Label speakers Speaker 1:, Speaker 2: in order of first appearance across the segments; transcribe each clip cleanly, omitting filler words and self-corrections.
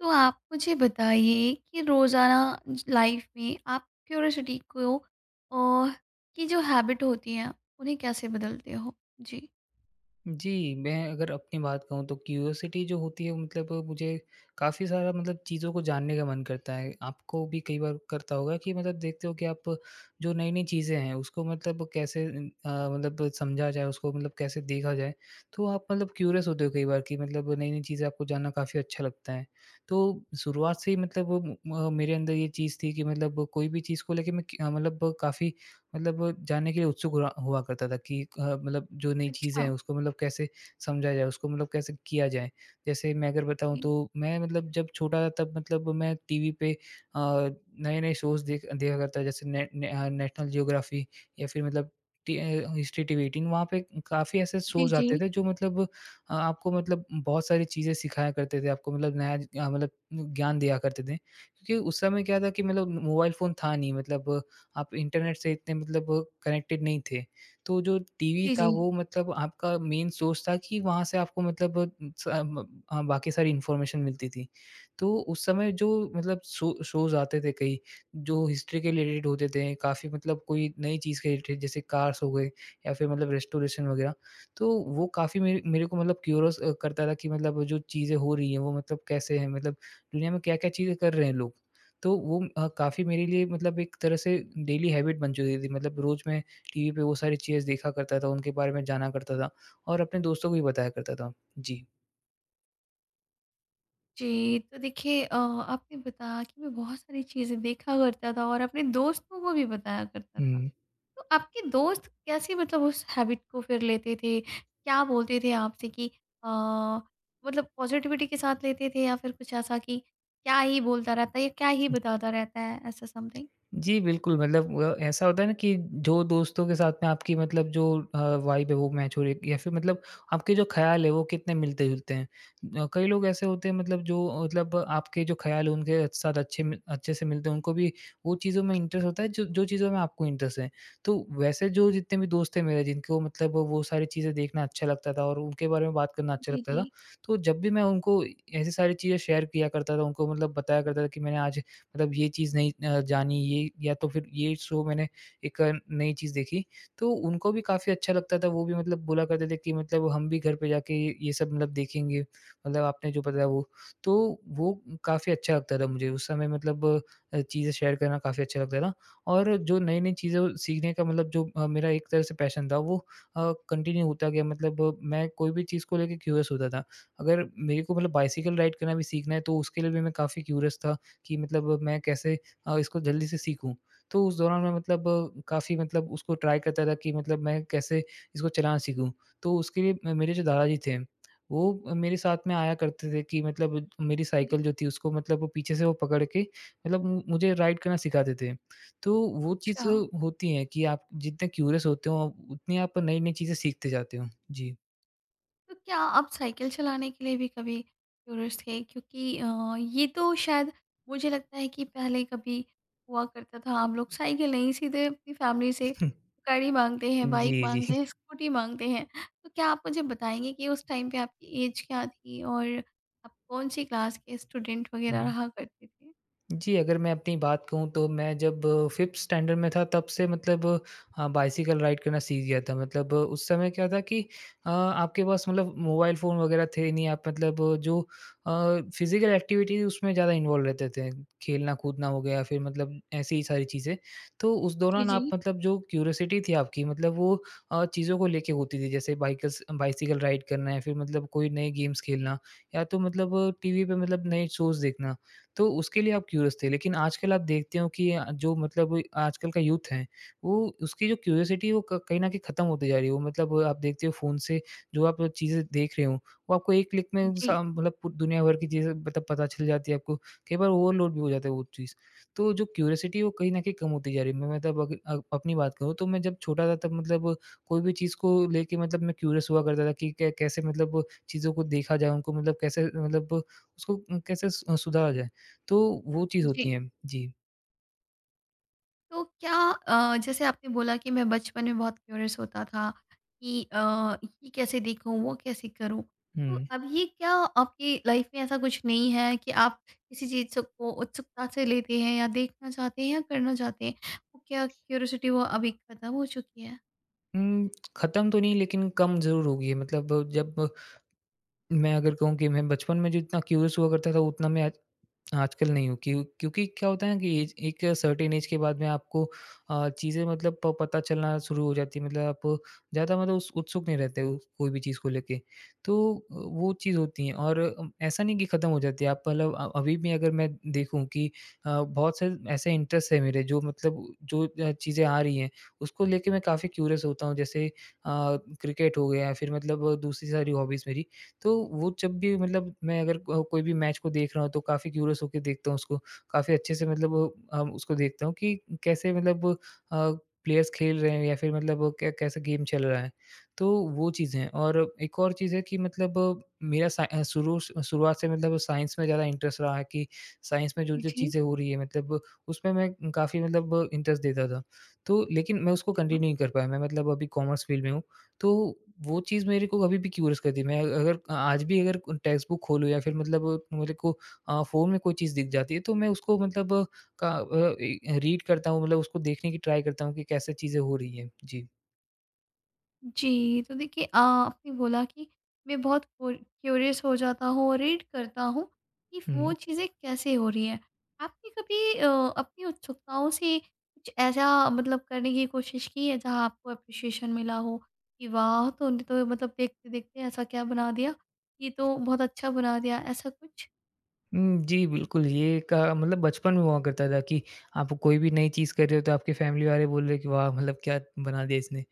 Speaker 1: तो आप मुझे बताइए कि रोज़ाना लाइफ में आप क्यूरियोसिटी को और की जो हैबिट होती है उन्हें कैसे बदलते हो। जी।
Speaker 2: जी, मैं अगर अपनी बात कहूँ तो क्यूरियोसिटी जो होती है मतलब मुझे काफ़ी सारा मतलब चीज़ों को जानने का मन करता है। आपको भी कई बार करता होगा कि मतलब देखते हो कि आप जो नई-नई चीज़ें हैं उसको मतलब कैसे मतलब समझा जाए, उसको मतलब कैसे देखा जाए। तो आप मतलब क्यूरियस होते हो कई बार कि मतलब नई-नई चीज़ें आपको जानना काफ़ी अच्छा लगता है। तो शुरुआत से ही मतलब मेरे अंदर ये चीज़ थी कि मतलब कोई भी चीज़ को लेके मैं क मतलब काफ़ी मतलब जानने के लिए उत्सुक हुआ हुआ करता था कि मतलब जो नई चीज़ें
Speaker 1: अच्छा।
Speaker 2: हैं उसको मतलब कैसे समझा जाए, उसको मतलब कैसे किया जाए। जैसे मैं अगर बताऊँ
Speaker 1: जी।
Speaker 2: तो मैं मतलब जब छोटा था तब मतलब मैं टीवी पे नए-नए शोज़ देखा करता जैसे नेशनल ज्योग्राफी या फिर मतलब हिस्ट्री टीवी 18 वहाँ पे काफ़ी ऐसे
Speaker 1: जी।
Speaker 2: शोज़
Speaker 1: जी।
Speaker 2: आते थे जो मतलब आपको मतलब बहुत सारी चीज़ें सिखाया करते थे, आपको मतलब नया मतलब ज्ञान दिया करते थे। क्योंकि उस समय क्या था कि मतलब मोबाइल फ़ोन था नहीं, मतलब आप इंटरनेट से इतने मतलब कनेक्टेड नहीं थे। तो जो टीवी
Speaker 1: जी। जी।
Speaker 2: था वो मतलब आपका मेन सोर्स था कि वहाँ से आपको मतलब स म बाकी सारी इन्फॉर्मेशन मिलती थी। तो उस समय जो मतलब शो शोज़ आते थे कई, जो हिस्ट्री के रिलेटेड होते थे, काफ़ी मतलब कोई नई चीज़ के रिलेटेड, जैसे कार्स हो गए या फिर मतलब रेस्टोरेशन वगैरह। तो वो काफ़ी मेरे मेरे को मतलब क्यूरियस करता था कि मतलब जो चीज़ें हो रही हैं वो मतलब कैसे हैं? मतलब दुनिया में क्या-क्या चीज़ें कर रहे हैं लोग? तो वो काफ़ी मेरे लिए मतलब एक तरह से डेली हैबिट बन चुकी थी। मतलब रोज़ मैं टीवी पे वो सारी चीज़ें देखा करता था, उनके बारे में जाना करता था और अपने दोस्तों को भी बताया करता था। जी।
Speaker 1: जी, तो देखिए, आपने बताया कि मैं बहुत सारी चीज़ें देखा करता था और अपने दोस्तों को भी बताया करता था।
Speaker 2: हुँ।
Speaker 1: तो आपके दोस्त कैसे मतलब उस हैबिट को फिर लेते थे? क्या बोलते थे आपसे कि अ, मतलब पॉज़िटिविटी के साथ लेते थे या फिर कुछ ऐसा कि क्या ही बोलता रहता है या क्या ही बताता रहता है, ऐसा समथिंग?
Speaker 2: जी, बिल्कुल, मतलब ऐसा होता है ना कि जो दोस्तों के साथ में आपकी मतलब जो अ, वाइब है वो मैच हो रही है या फिर मतलब आपके जो ख़्याल है वो कितने मिलते-जुलते हैं। कई लोग ऐसे होते हैं मतलब जो मतलब आपके जो ख़्याल है उनके साथ अच्छे में अच्छे से मिलते हैं, उनको भी वो चीज़ों में इंटरेस्ट होता है जो जो चीज़ों में आपको इंटरेस्ट है। तो वैसे जो जितने भी दोस्त हैं मेरे, जिनको मतलब वो सारी चीज़ें देखना अच्छा लगता था और उनके बारे में बात करना अच्छा
Speaker 1: जी,
Speaker 2: लगता था।
Speaker 1: जी,
Speaker 2: तो जब भी मैं उनको ऐसी सारी चीज़ें शेयर किया करता था, उनको मतलब बताया करता था कि मैंने आज मतलब ये चीज़ नहीं जानी ये, या तो फिर ये शो मैंने एक नई चीज़ देखी, तो उनको भी काफ़ी अच्छा लगता था। वो भी मतलब बोला करते थे कि मतलब हम भी घर पे जाके ये सब मतलब देखेंगे, मतलब आपने जो बताया वो। तो वो काफ़ी अच्छा लगता था मुझे उस समय, मतलब चीज़ें शेयर करना काफ़ी अच्छा लगता था और जो नई-नई चीज़ें सीखने का मतलब जो मेरा एक तरह से पैशन था वो कंटिन्यू होता गया, मतलब मैं कोई भी चीज़ को लेके क्यूरियस होता था। अगर मेरे को मतलब बाइसिकल राइड करना भी सीखना है तो उसके लिए भी मैं काफ़ी क्यूरियस था कि मतलब मैं कैसे इसको जल्दी से सीखूँ। तो उस दौरान मैं मतलब काफ़ी मतलब उसको ट्राई करता था कि मतलब मैं कैसे इसको चलाना सीखूँ। तो उसके लिए म मेरे जो दादाजी थे, वो मेरे साथ में आया करते थे कि मतलब मेरी
Speaker 1: जी।
Speaker 2: साइकिल जो थी उसको मतलब वो पीछे से वो पकड़ के मतलब मु मुझे राइड करना सिखाते थे। तो वो
Speaker 1: अच्छा।
Speaker 2: चीज़ होती है कि आप जितने क्यूरियस होते हो, उतनी आप नई-नई चीज़ें सीखते जाते हो। जी।
Speaker 1: तो क्या आप साइकिल चलाने के लिए भी कभी क्यूरियस थे? क्योंकि ये तो शायद मुझे लगता है कि पहले कभी हुआ करता था हम लोग साइकिल नहीं सीधे अपनी फैमिली से गाड़ी माँगते हैं, बाइक
Speaker 2: जी, जी।
Speaker 1: माँगते हैं, स्कूटी माँगते हैं। तो क्या आप मुझे बताएँगे कि उस टाइम पे आपकी ऐज क्या थी और आप कौन-सी क्लास के स्टूडेंट वग़ैरह
Speaker 2: हुँ।
Speaker 1: रहा करते थे?
Speaker 2: जी, अगर मैं अपनी बात कहूँ तो मैं जब फ़िफ्थ स्टैंडर्ड में था तब से मतलब बाइसिकल राइड करना सीख गया था। मतलब उस समय क्या था कि आपके पास मतलब मोबाइल फ़ोन वग़ैरह थे नहीं। आप मतलब जो अ, फ़िज़िकल एक्टिविटी थी उसमें ज़्यादा इन्वॉल्व रहते थे। खेलना-कूदना हो गया, फिर मतलब ऐसी ही सारी चीज़ें। तो उस
Speaker 1: जी,
Speaker 2: दौरान आप
Speaker 1: जी।
Speaker 2: मतलब जो क्यूरियोसिटी थी आपकी, मतलब वो चीज़ों को लेके होती थी। जैसे बाइकल्स बाइसिकल राइड करना या फिर मतलब कोई नए गेम्स खेलना या तो मतलब टीवी पे मतलब नए शोज़ देखना। तो उसके लिए आप क्यूरियस थे। लेकिन आजकल आप देखते हो कि जो मतलब आजकल का यूथ है, वो, उसकी जो क्यूरियोसिटी है वो क कहीं न कहीं खत्म होती जा रही है। वो मतलब आप देखते हो फ़ोन से जो आप चीज़ें देख रहे हो, वो आपको एक क्लिक में
Speaker 1: जी,
Speaker 2: सा मतलब पू दुनिया भर की चीज़ें मतलब पता चल जाती है आपको। कई बार ओवरलोड भी हो जाता है वो चीज़। तो जो क्यूरियोसिटी है वो कहीं न कहीं कम होती जा रही है। मैं मतलब अपनी बात करूँ तो मैं जब छोटा था तब मतलब कोई भी चीज़ को लेके मतलब मैं क्यूरियस हुआ करता था कि कै कैसे मतलब चीज़ों को देखा जाए, उनको मतलब कैसे, मतलब उसको कैसे सु सुधारा जाए। तो वो चीज़
Speaker 1: जी।
Speaker 2: होती है। जी।
Speaker 1: तो क्या जैसे आपने बोला कि मैं बचपन में बहुत क्यूरियस होता था कि ये कैसे देखूँ, वो कैसे करूँ? तो
Speaker 2: हुँ।
Speaker 1: अब ये क्या आपकी लाइफ में ऐसा कुछ नहीं है कि आप किसी चीज़ स को उत्सुकता से लेते हैं या देखना चाहते हैं या करना चाहते हैं? वो क्या क्यूरियोसिटी वो अभी खत्म हो चुकी है?
Speaker 2: उम, ख़त्म तो नहीं लेकिन कम ज़रूर हो गई है। मतलब जब मैं अगर कहूँ कि मैं बचपन में जितना क्यूरियस हुआ करता था उतना मैं आजकल नहीं हो, क्यों क्योंकि क्या होता है ना कि एज एक सर्टेन एज के बाद में आपको चीज़ें मतलब प पता चलना शुरू हो जाती है, मतलब आप ज़्यादा मतलब उस उत्सुक नहीं रहते हो कोई भी चीज़ को लेके। तो वो चीज़ होती है, और ऐसा नहीं कि ख़त्म हो जाती है। आप मतलब अभी भी अगर मैं देखूँ कि बहुत से ऐसे इंटरेस्ट है मेरे, जो मतलब जो चीज़ें आ रही हैं उसको लेके मैं काफ़ी क्यूरियस होता हूँ। जैसे क्रिकेट हो गया या फिर मतलब दूसरी सारी हॉबीज़ मेरी। तो वो जब भी मतलब मैं अगर को कोई भी मैच को देख रहा हूँ तो काफ़ी क्यूरियस होके देखता हूँ उसको, काफ़ी अच्छे से मतलब उसको देखता हूँ कि कैसे मतलब अ, प्लेयर्स खेल रहे हैं या फिर मतलब कै कैसा गेम चल रहा है। तो वो चीज़ें हैं, और एक और चीज़ है कि मतलब मेरा शुरू शुरुआत से मतलब साइंस में ज़्यादा इंटरेस्ट रहा है कि साइंस में
Speaker 1: जी,
Speaker 2: जो-जो
Speaker 1: जी।
Speaker 2: चीज़ें हो रही है मतलब उसमें मैं काफ़ी मतलब इंटरेस्ट देता था। तो लेकिन मैं उसको कंटिन्यू
Speaker 1: अच्छा।
Speaker 2: नहीं कर पाया, मैं मतलब अभी कॉमर्स फ़ील्ड में हूँ। तो वो चीज़ मेरे को अभी भी क्यूरियस करती है। मैं अगर आज भी अगर टेक्स्ट बुक खोलूँ या फिर मतलब मेरे को फ़ोन में कोई चीज़ दिख जाती है तो मैं उसको मतलब का अ, रीड करता हूँ, मतलब उसको देखने की ट्राई करता हूँ कि कैसे चीज़ें हो रही हैं। जी।
Speaker 1: जी, तो देखिए, आपने बोला कि मैं बहुत क्यूर क्यूरियस हो जाता हूँ और रीड करता हूँ कि वो
Speaker 2: हुँ।
Speaker 1: चीज़ें कैसे हो रही हैं। आपने कभी अपनी उत्सुकताओं से कुछ ऐसा मतलब करने की कोशिश की है जहाँ आपको एप्रिशिएशन मिला हो कि वाह! तो उन्हें तो मतलब देखते-देखते ऐसा क्या बना दिया, ये तो बहुत अच्छा बना दिया, ऐसा कुछ?
Speaker 2: हुँ, जी, बिल्कुल, ये का मतलब बचपन में हुआ करता था कि आप कोई भी नई चीज़ कर रहे हो, तो आपके फैमिली वाले बोल रहे हैं कि वाह! मतलब क्या बना दिया इसने।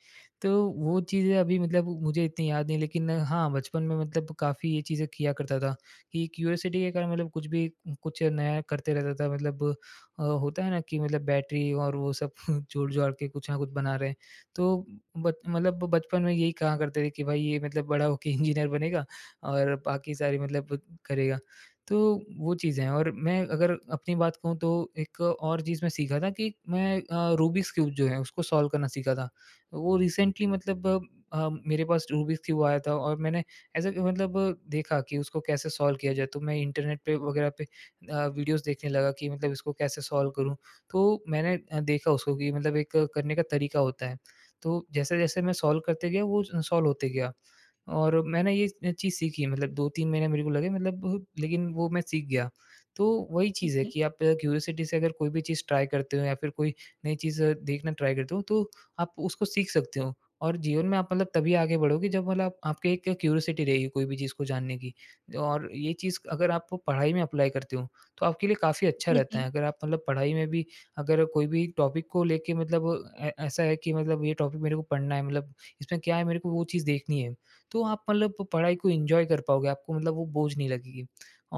Speaker 2: तो वो चीज़ें अभी मतलब मुझे इतनी याद नहीं, लेकिन हाँ, बचपन में मतलब काफ़ी ये चीज़ें किया करता था कि क्यूरियोसिटी के कारण मतलब कुछ नया करते रहता था। मतलब होता है ना कि मतलब बैटरी और वो सब जोड़-जाड़ के कुछ ना कुछ बना रहे हैं। तो बच मतलब बचपन में यही कहा करते थे कि भाई ये मतलब बड़ा होके इंजीनियर बनेगा और बाकी सारी मतलब करेगा। तो वो चीज़ें हैं, और मैं अगर अपनी बात कहूँ तो एक और चीज़ मैं सीखा था कि मैं रूबिक्स क्यूब जो है उसको सॉल्व करना सीखा था। वो रिसेंटली मतलब मेरे पास रूबिक्स क्यूब आया था और मैंने ऐसा कि मतलब देखा कि उसको कैसे सॉल्व किया जाए, तो मैं इंटरनेट पे वगैरह पे वीडियोज़ देखने लगा कि मतलब इसको कैसे सॉल्व करूँ। तो मैंने देखा उसको कि मतलब एक करने का तरीका होता है। तो जैसे-जैसे मैं सॉल्व करते गया वो सॉल्व होते गया। और मैंने ये चीज़ सीखी मतलब 2-3 महीने मेरे को लगे, मतलब लेकिन वो मैं सीख गया। तो वही चीज़ है
Speaker 1: जी,
Speaker 2: कि आप क्यूरियोसिटी से अगर कोई भी चीज़ ट्राई करते हो या फिर कोई नई चीज़ देखना ट्राई करते हो तो आप उसको सीख सकते हो, और जीवन में आप मतलब तभी आगे बढ़ोगे जब मतलब आपके एक क्यूरियोसिटी रहेगी कोई भी चीज़ को जानने की। और ये चीज़ अगर आप पढ़ाई में अप्लाई करते हो तो आपके लिए काफ़ी अच्छा
Speaker 1: जी,
Speaker 2: रहता
Speaker 1: जी,
Speaker 2: है। अगर आप मतलब पढ़ाई में भी अगर कोई भी टॉपिक को लेके मतलब ए ऐसा है कि मतलब ये टॉपिक मेरे को पढ़ना है, मतलब इसमें क्या है मेरे को वो चीज़ देखनी है, तो आप मतलब पढ़ाई को एन्जॉय कर पाओगे, आपको मतलब वो बोझ नहीं लगेगी।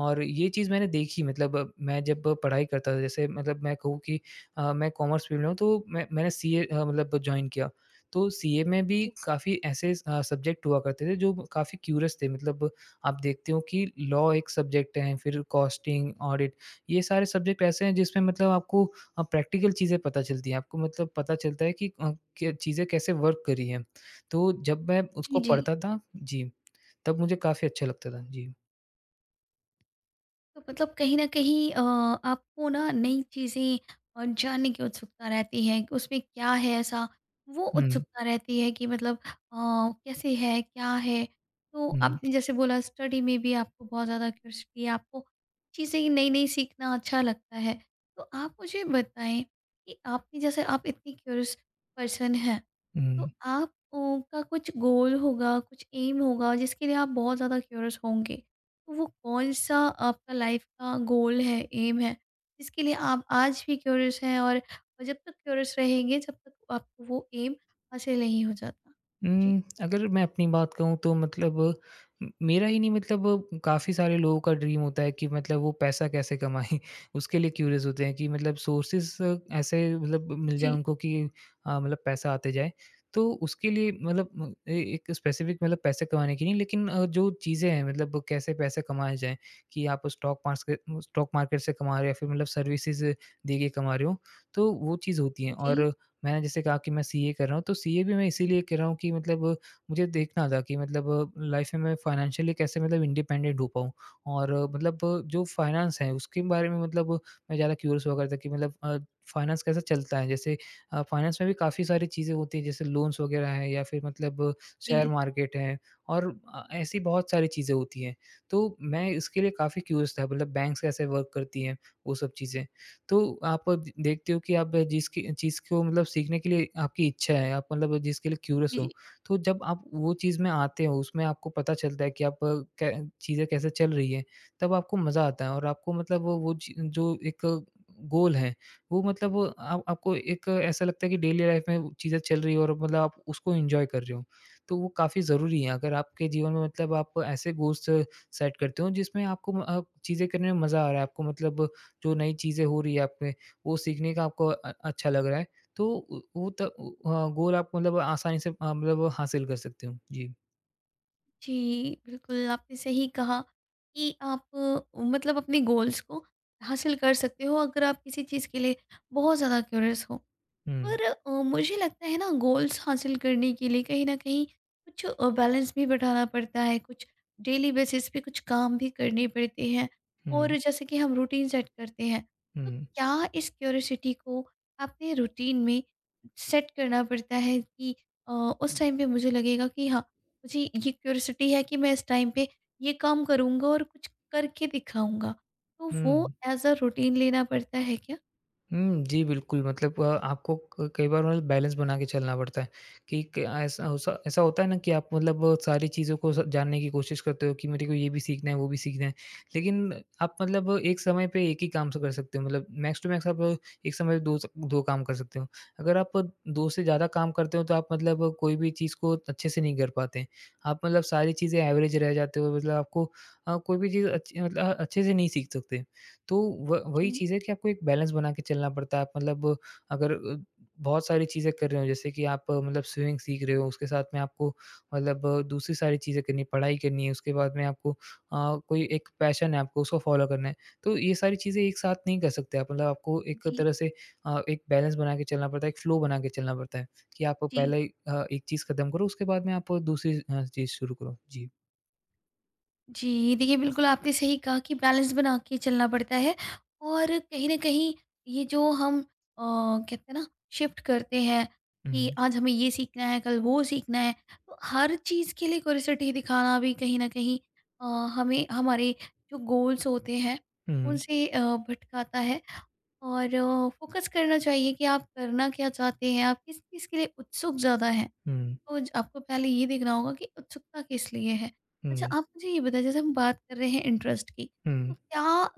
Speaker 2: और ये चीज़ मैंने देखी मतलब मैं जब पढ़ाई करता था जैसे मतलब मैं कहूँ कि मैं कॉमर्स फ़ील्ड में हूँ तो मैंने सीए मतलब जॉइन किया। तो सीए में भी
Speaker 1: जी,
Speaker 2: काफ़ी ऐसे सब्जेक्ट हुआ करते थे जो काफ़ी क्यूरियस थे मतलब आप देखते हो कि लॉ एक सब्जेक्ट है, फिर कॉस्टिंग, ऑडिट, ये सारे सब्जेक्ट ऐसे हैं जिसमें मतलब आपको प्रैक्टिकल चीज़ें पता चलती हैं। आपको मतलब पता चलता है कि क चीज़ें कैसे वर्क कर रही हैं। तो जब मैं
Speaker 1: जी,
Speaker 2: उसको
Speaker 1: जी।
Speaker 2: पढ़ता था, जी, तब मुझे काफ़ी अच्छा लगता था। जी।
Speaker 1: तो मतलब कहीं न कहीं आपको ना नई चीज़ें जानने की उत्सुकता रहती है कि उसमें क्या है ऐसा? वो
Speaker 2: हुँ,
Speaker 1: उत्सुकता रहती है कि मतलब कैसे है, क्या है? तो
Speaker 2: हुँ,
Speaker 1: आपने जैसे बोला स्टडी में भी आपको बहुत ज़्यादा क्यूरियोसिटी है, आपको चीज़ें नई-नई सीखना अच्छा लगता है। तो आप मुझे बताएँ कि आपने जैसे आप इतनी क्यूरियस पर्सन हैं, तो
Speaker 2: हुँ।
Speaker 1: आप ओ, का कुछ गोल होगा, कुछ एम होगा जिसके लिए आप बहुत ज़्यादा क्यूरियस होंगे। तो वो कौन-सा आपका लाइफ का गोल है, एम है, जिसके लिए आप आज भी क्यूरियस हैं और जब तक क्यूरियस रहेंगे जब तक आपको वो एम हासिल नहीं हो जाता? जी।
Speaker 2: अगर मैं अपनी बात कहूँ तो मतलब म मेरा ही नहीं, मतलब काफ़ी सारे लोगों का ड्रीम होता है कि मतलब वो पैसा कैसे कमाएँ? उसके लिए क्यूरियस होते हैं कि मतलब सोर्सेस ऐसे मतलब मिल जाएँ
Speaker 1: जी,
Speaker 2: उनको कि मतलब पैसा आते जाए। तो उसके लिए मतलब ए एक स्पेसिफिक मतलब पैसे कमाने की नहीं, लेकिन जो चीज़ें हैं मतलब कैसे पैसे कमाए जाएँ कि आप स्टॉक मार्केट से कमा रहे हो या फिर मतलब सर्विसेज़ दे के कमा रहे हो, तो वो चीज़ होती है। और
Speaker 1: जी,
Speaker 2: मैंने जैसे कहा कि मैं सीए कर रहा हूँ, तो सीए भी मैं इसीलिए कर रहा हूँ कि मतलब मुझे देखना था कि मतलब लाइफ़ में मैं फाइनेंशियली कैसे मतलब इंडिपेंडेंट हो पाऊँ। और मतलब जो फाइनेंस है उसके बारे में मतलब मैं ज़्यादा क्यूरियस हुआ करता कि मतलब फाइनेंस कैसा चलता है? जैसे फाइनेंस में भी काफ़ी सारी चीज़ें होती हैं, जैसे लोन्स वग़ैरह हैं या फिर मतलब
Speaker 1: जी,
Speaker 2: शेयर
Speaker 1: जी,
Speaker 2: मार्केट है और ऐसी बहुत सारी चीज़ें होती हैं। तो मैं इसके लिए काफ़ी क्यूरियस था मतलब बैंक्स कैसे वर्क करती हैं, वो सब चीज़ें। तो आप द देखते हो कि आप जिसकी चीज़ को मतलब सीखने के लिए आपकी इच्छा है, आप मतलब जिसके लिए क्यूरियस
Speaker 1: जी,
Speaker 2: हो,
Speaker 1: जी।
Speaker 2: तो जब आप वो चीज़ में आते हो, उसमें आपको पता चलता है कि आप कै चीज़ें कैसे चल रही हैं, तब आपको मज़ा आता है और आपको मतलब वो ची जो एक गोल है, वो मतलब वो आप आपको एक ऐसा लगता है कि डेली लाइफ़ में वो चीज़ें चल रही है और मतलब आप उसको एन्जॉय कर रहे हो। तो वो काफ़ी ज़रूरी है, अगर आपके जीवन में मतलब आप ऐसे गोल्स सेट करते हो, जिसमें आपको चीज़ें करने में मज़ा आ रहा है, आपको मतलब जो नई चीज़ें हो रही है आपके, वो सीखने का आपको अच्छा लग रहा है, तो उ वो त उ अ, गोल आप मतलब आसानी से मतलब हासिल कर सकते हो। जी।
Speaker 1: जी, बिल्कुल आपने सही कहा कि आप मतलब अपने गोल्स को हासिल कर सकते हो अगर आप किसी चीज़ के लिए बहुत ज़्यादा क्यूरियस हो।
Speaker 2: हुँ,
Speaker 1: और मुझे लगता है ना, गोल्स हासिल करने के लिए कहीं ना कहीं कुछ बैलेंस भी बैठाना पड़ता है, कुछ डेली बेसिस पे कुछ काम भी करने पड़ते हैं,
Speaker 2: हुँ,
Speaker 1: और जैसे कि हम रूटीन सेट करते हैं, तो
Speaker 2: हुँ,
Speaker 1: क्या इस क्यूरियोसिटी को अपने रूटीन में सेट करना पड़ता है कि उस टाइम पे मुझे लगेगा कि हाँ, मुझे ये क्यूरियोसिटी है कि मैं इस टाइम पे ये काम करूँगा और कुछ करके दिखाऊंगा, तो वो
Speaker 2: हुँ।
Speaker 1: एज अ रूटीन लेना पड़ता है क्या?
Speaker 2: हुँ, जी, बिल्कुल मतलब आपको क कई बार मतलब बैलेंस बना के चलना पड़ता है कि क ऐसा हो स ऐसा होता है ना कि आप मतलब सारी चीज़ों को स जानने की कोशिश करते हो कि मेरे को ये भी सीखना है, वो भी सीखना है। लेकिन आप मतलब एक समय पे एक ही काम से कर सकते हो, मतलब मैक्स टू मैक्स आप एक समय पे 2 स 2 काम कर सकते हो। अगर आप 2 से ज़्यादा काम करते हो तो आप मतलब कोई भी चीज़ को अच्छे से नहीं कर पाते हैं। आप मतलब सारी चीज़ें एवरेज रह जाते हो, मतलब आपको कोई भी चीज़ अच्छी मतलब अच्छे से नहीं सीख सकते। तो व वही
Speaker 1: जी।
Speaker 2: चीज़ है कि आपको एक बैलेंस बना के चलना पड़ता है। आप मतलब अगर बहुत सारी चीज़ें कर रहे हो, जैसे कि आप मतलब स्विमिंग सीख रहे हो, उसके साथ में आपको मतलब दूसरी सारी चीज़ें करनी है, पढ़ाई करनी है, उसके बाद में आपको कोई एक पैशन है आपको उसको फ़ॉलो करना है। तो ये सारी चीज़ें एक साथ नहीं कर सकते आप, मतलब आपको एक
Speaker 1: जी।
Speaker 2: तरह से एक बैलेंस बना के चलना पड़ता है, एक फ्लो बना के चलना पड़ता है कि आप
Speaker 1: जी।
Speaker 2: पहले एक चीज़ खत्म करो उसके बाद में आप दूसरी चीज़ शुरू करो। जी।
Speaker 1: जी, देखिए, बिल्कुल आपने सही कहा कि बैलेंस बना के चलना पड़ता है, और कहीं न कहीं ये जो हम कहते हैं ना, शिफ्ट करते हैं कि
Speaker 2: हुँ,
Speaker 1: आज हमें ये सीखना है, कल वो सीखना है, तो हर चीज़ के लिए क्यूरोसिटी दिखाना भी कहीं न कहीं अ, हमें हमारे जो गोल्स होते हैं
Speaker 2: हुँ,
Speaker 1: उनसे भटकाता है, और फोकस करना चाहिए कि आप करना क्या चाहते हैं, आप किस चीज़ के लिए उत्सुक ज़्यादा हैं।
Speaker 2: हुँ,
Speaker 1: तो ज आपको पहले ये देखना होगा कि उत्सुकता किस लिए है।
Speaker 2: हुँ,
Speaker 1: अच्छा,
Speaker 2: हुँ,
Speaker 1: आप मुझे ये बताइए, जैसे हम बात कर रहे हैं इंटरेस्ट की, तो
Speaker 2: हुँ,
Speaker 1: क्या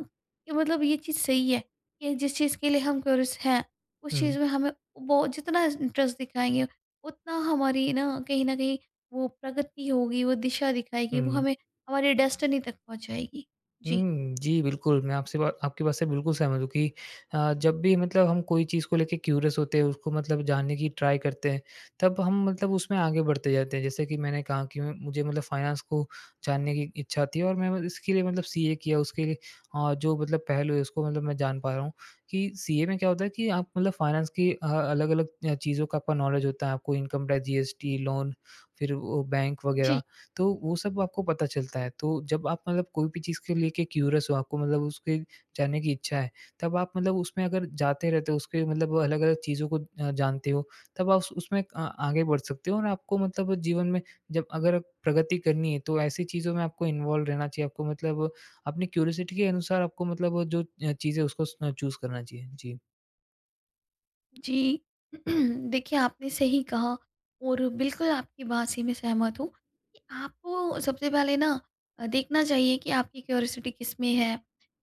Speaker 1: ये मतलब ये चीज़ सही है कि जिस चीज़ के लिए हम क्यूरियस हैं, उस
Speaker 2: हुँ,
Speaker 1: चीज़ में हमें वो जितना इंटरेस्ट दिखाएँगे उतना हमारी ना कहीं न कहीं वो प्रगति होगी, वो दिशा दिखाएगी, वो
Speaker 2: हुँ।
Speaker 1: हमें हमारी डेस्टिनी तक पहुँचाएगी? जी।
Speaker 2: हुँ, जी, बिल्कुल, मैं आपसे बा आपकी बात से बिल्कुल सहमत हूँ कि जब भी मतलब हम कोई चीज़ को लेके क्यूरियस होते हैं, उसको मतलब जानने की ट्राई करते हैं, तब हम मतलब उसमें आगे बढ़ते जाते हैं। जैसे कि मैंने कहा कि मैं मुझे मतलब फाइनेंस को जानने की इच्छा थी और मैं मतलब इसके लिए मतलब सीए किया, उसके लिए जो मतलब पहलू है, उसको मतलब मैं जान पा रहा हूँ कि सीए में क्या होता है कि आप मतलब फाइनेंस की अलग-अलग चीज़ों का आपका नॉलेज होता है। आपको इनकम टैक्स, जीएसटी, लोन, फिर वो बैंक
Speaker 1: जी।
Speaker 2: वगैरह। तो वो सब आपको पता चलता है। तो जब आप मतलब कोई भी चीज़ को लेके क्यूरियस हो, आपको मतलब उसके जानने की इच्छा है, तब आप मतलब उसमें अगर जाते रहते हो, उसके मतलब अलग-अलग चीज़ों को जानते हो, तब आप उस उसमें आगे बढ़ सकते हो और आपको मतलब जीवन में जब अगर प्रगति करनी है, तो ऐसी चीज़ों में आपको इन्वॉल्व रहना चाहिए। आपको मतलब अपनी क्यूरियोसिटी के अनुसार आपको मतलब जो चीज़ है, उसको स चूज़ करना चाहिए। जी।
Speaker 1: जी। देखिए, आपने सही कहा और बिल्कुल आपकी बात से मैं सहमत हूँ कि आपको सबसे पहले ना देखना चाहिए कि आपकी क्यूरियोसिटी किसमें है,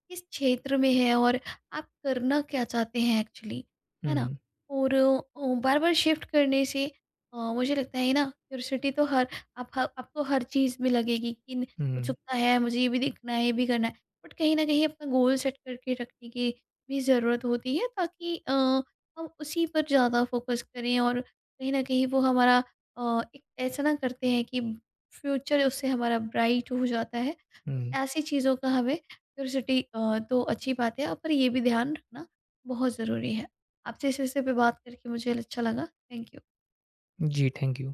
Speaker 1: किस क्षेत्र में है और आप करना क्या चाहते हैं एक्चुअली, है ना?
Speaker 2: हुँ,
Speaker 1: और बार-बार शिफ्ट करने से मुझे लगता है ना, क्यूरियोसिटी तो हर आप ह आपको हर चीज़ में लगेगी कि
Speaker 2: हुँ,
Speaker 1: उत्सुकता है, मुझे ये भी देखना है, ये भी करना है। बट कहीं न कहीं अपना गोल सेट करके रखने की भी ज़रूरत होती है ताकि हम उसी पर ज़्यादा फोकस करें और कहीं न कहीं वो हमारा एक ऐसा ना करते हैं कि फ्यूचर उससे हमारा ब्राइट हो जाता है। तो
Speaker 2: हुँ।
Speaker 1: ऐसी चीज़ों का हमें क्यूरियोसिटी तो अच्छी बात है, पर ये भी ध्यान रखना बहुत ज़रूरी है। आपसे इस विषय पे बात करके मुझे अच्छा लगा। Thank you.
Speaker 2: जी, थैंक यू।